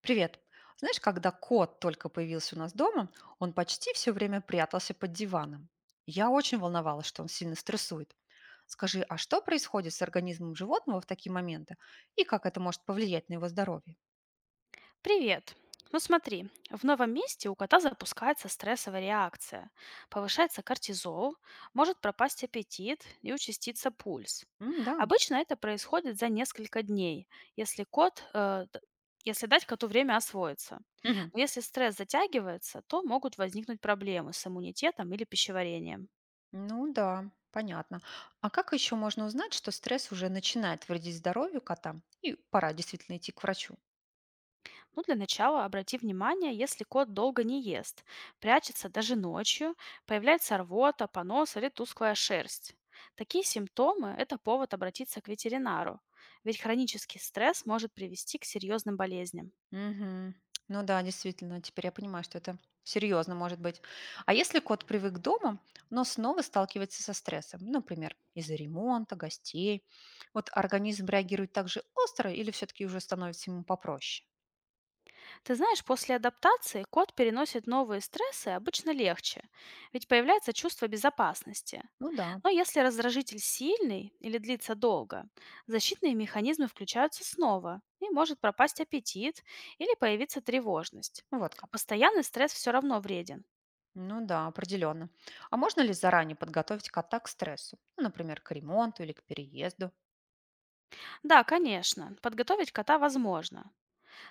Привет. Знаешь, когда кот только появился у нас дома, он почти все время прятался под диваном. Я очень волновалась, что он сильно стрессует. Скажи, а что происходит с организмом животного в такие моменты и как это может повлиять на его здоровье? Привет! Ну смотри, в новом месте у кота запускается стрессовая реакция. Повышается кортизол, может пропасть аппетит и участиться пульс. М, да. Обычно это происходит за несколько дней, если если дать коту время освоиться. Мгм. Но если стресс затягивается, то могут возникнуть проблемы с иммунитетом или пищеварением. Ну да, понятно. А как еще можно узнать, что стресс уже начинает вредить здоровью кота и пора действительно идти к врачу? Ну, для начала обрати внимание, если кот долго не ест, прячется даже ночью, появляется рвота, понос или тусклая шерсть. Такие симптомы– это повод обратиться к ветеринару, ведь хронический стресс может привести к серьезным болезням. Мгм. Ну да, действительно, теперь я понимаю, что это серьезно может быть. А если кот привык дома, но снова сталкивается со стрессом, например, из-за ремонта, гостей, вот организм реагирует так же остро или все-таки уже становится ему попроще? Ты знаешь, после адаптации кот переносит новые стрессы обычно легче, ведь появляется чувство безопасности. Ну да, Но если раздражитель сильный или длится долго, защитные механизмы включаются снова, и может пропасть аппетит или появиться тревожность. вот А как. постоянный стресс все равно вреден. Ну да, определенно. А можно ли заранее подготовить кота к стрессу? Ну, например, к ремонту или к переезду? Да, конечно, подготовить кота возможно.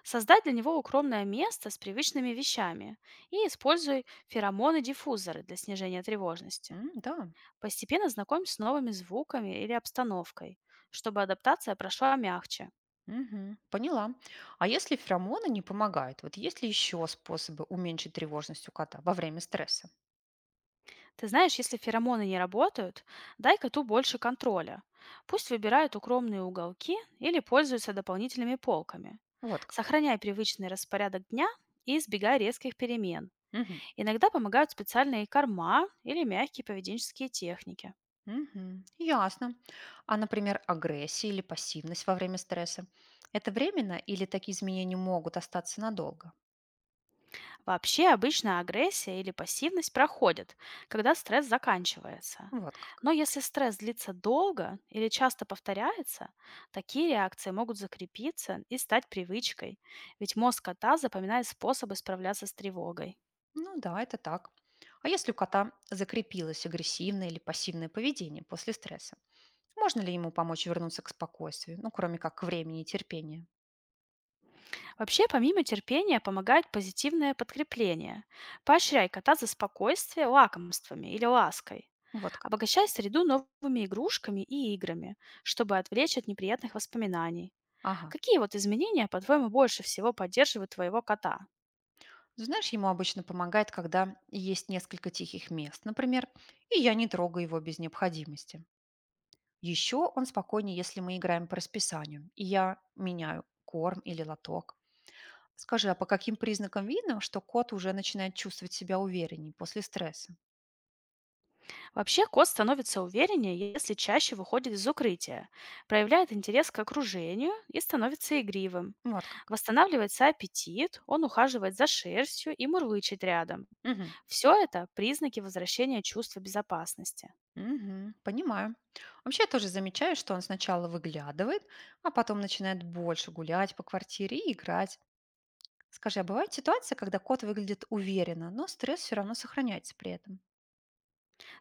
Создать для него укромное место с привычными вещами и используй феромоны-диффузоры для снижения тревожности. М, да. Постепенно знакомься с новыми звуками или обстановкой, чтобы адаптация прошла мягче. Мгм. Поняла. А если феромоны не помогают, вот есть ли еще способы уменьшить тревожность у кота во время стресса? Ты знаешь, если феромоны не работают, дай коту больше контроля. Пусть выбирает укромные уголки или пользуется дополнительными полками. Вот как. Сохраняй привычный распорядок дня и избегай резких перемен. Мгм. Иногда помогают специальные корма или мягкие поведенческие техники. Мгм. Ясно. А, например, агрессия или пассивность во время стресса — это временно или такие изменения могут остаться надолго? Вообще обычно агрессия или пассивность проходит, когда стресс заканчивается. Вот как. Но если стресс длится долго или часто повторяется, такие реакции могут закрепиться и стать привычкой, ведь мозг кота запоминает способы справляться с тревогой. Ну да, это так. А если у кота закрепилось агрессивное или пассивное поведение после стресса, можно ли ему помочь вернуться к спокойствию, ну, кроме как к времени и терпению? Вообще, помимо терпения, помогает позитивное подкрепление. Поощряй кота за спокойствие лакомствами или лаской. Вот как. Обогащай среду новыми игрушками и играми, чтобы отвлечь от неприятных воспоминаний. Ага. Какие вот изменения, по-твоему, больше всего поддерживают твоего кота? Ну, знаешь, ему обычно помогает, когда есть несколько тихих мест, например, и я не трогаю его без необходимости. Еще он спокойнее, если мы играем по расписанию, и я меняю корм или лоток. Скажи, а по каким признакам видно, что кот уже начинает чувствовать себя увереннее после стресса? Вообще, кот становится увереннее, если чаще выходит из укрытия, проявляет интерес к окружению и становится игривым. Вот как. Восстанавливается аппетит, он ухаживает за шерстью и мурлычет рядом. Мгм. Все это признаки возвращения чувства безопасности. Мгм, понимаю. Вообще я тоже замечаю, что он сначала выглядывает, а потом начинает больше гулять по квартире и играть. Скажи, а бывают ситуации, когда кот выглядит уверенно, но стресс все равно сохраняется при этом?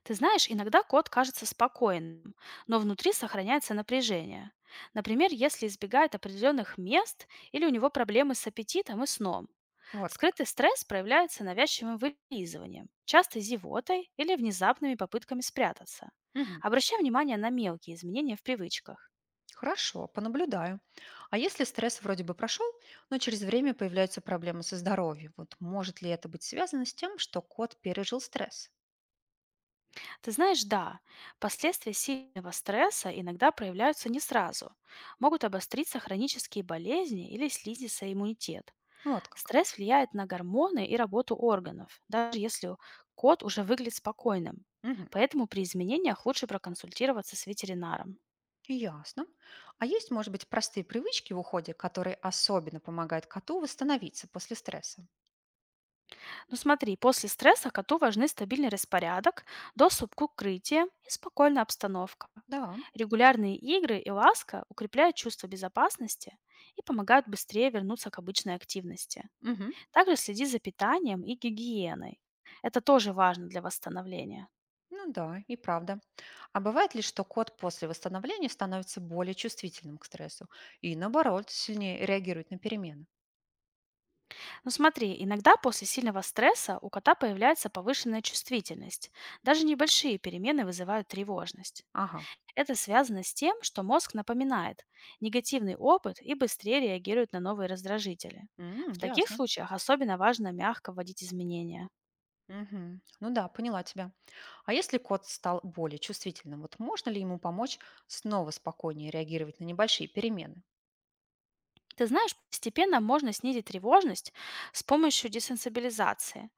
Ты знаешь, иногда кот кажется спокойным, но внутри сохраняется напряжение. Например, если избегает определенных мест или у него проблемы с аппетитом и сном. Вот как. Скрытый стресс проявляется навязчивым вылизыванием, часто зевотой или внезапными попытками спрятаться. Мгм. Обращай внимание на мелкие изменения в привычках. Хорошо, понаблюдаю. А если стресс вроде бы прошел, но через время появляются проблемы со здоровьем, вот может ли это быть связано с тем, что кот пережил стресс? Ты знаешь, да, последствия сильного стресса иногда проявляются не сразу. Могут обостриться хронические болезни или снизится иммунитет. Вот как. Стресс влияет на гормоны и работу органов, даже если кот уже выглядит спокойным. Мгм. Поэтому при изменениях лучше проконсультироваться с ветеринаром. Ясно. А есть, может быть, простые привычки в уходе, которые особенно помогают коту восстановиться после стресса? Ну смотри, после стресса коту важны стабильный распорядок, доступ к укрытию и спокойная обстановка. Да. Регулярные игры и ласка укрепляют чувство безопасности и помогают быстрее вернуться к обычной активности. Мгм. Также следи за питанием и гигиеной. Это тоже важно для восстановления. Ну да, и правда. А бывает ли, что кот после восстановления становится более чувствительным к стрессу и, наоборот, сильнее реагирует на перемены? Ну смотри, иногда после сильного стресса у кота появляется повышенная чувствительность. Даже небольшие перемены вызывают тревожность. Ага. Это связано с тем, что мозг напоминает негативный опыт и быстрее реагирует на новые раздражители. М, В таких ясно. случаях особенно важно мягко вводить изменения. Мгм. Ну да, поняла тебя. А если кот стал более чувствительным, вот можно ли ему помочь снова спокойнее реагировать на небольшие перемены? Ты знаешь, постепенно можно снизить тревожность с помощью десенсибилизации.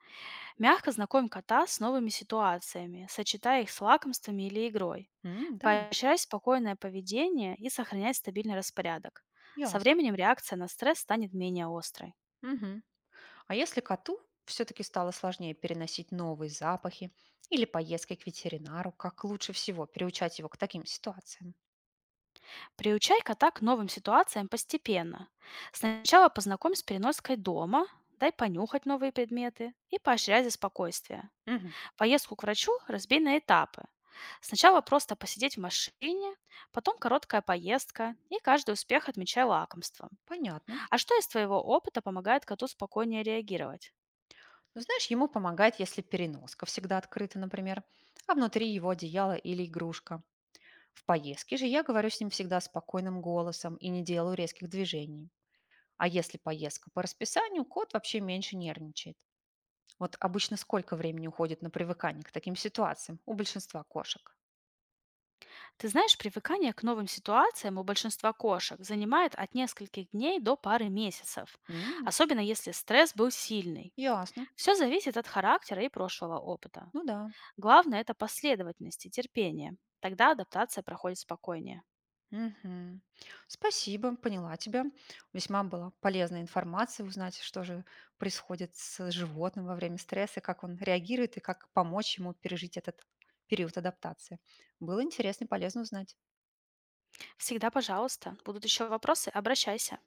Мягко знакомь кота с новыми ситуациями, сочетая их с лакомствами или игрой. М, да, Поощряй спокойное поведение и сохраняй стабильный распорядок. Со ясно. временем реакция на стресс станет менее острой. Мгм. А если коту все-таки стало сложнее переносить новые запахи или поездки к ветеринару, как лучше всего приучать его к таким ситуациям? Приучай кота к новым ситуациям постепенно. Сначала познакомь с переноской дома, дай понюхать новые предметы и поощряй за спокойствие. Мгм. Поездку к врачу разбей на этапы. Сначала просто посидеть в машине, потом короткая поездка и каждый успех отмечай лакомством. Понятно. А что из твоего опыта помогает коту спокойнее реагировать? Ну знаешь, ему помогает, если переноска всегда открыта, например, а внутри его одеяло или игрушка. В поездке же я говорю с ним всегда спокойным голосом и не делаю резких движений. А если поездка по расписанию, кот вообще меньше нервничает. Вот обычно сколько времени уходит на привыкание к таким ситуациям у большинства кошек? Ты знаешь, привыкание к новым ситуациям у большинства кошек занимает от нескольких дней до пары месяцев, М, особенно если стресс был сильный. ясно. Все зависит от характера и прошлого опыта. Ну да. Главное– это последовательность и терпение. Тогда адаптация проходит спокойнее. Мгм. Спасибо, поняла тебя. Весьма была полезная информация узнать, что же происходит с животным во время стресса, как он реагирует и как помочь ему пережить этот период адаптации. Было интересно и полезно узнать. Всегда, пожалуйста, будут еще вопросы, обращайся.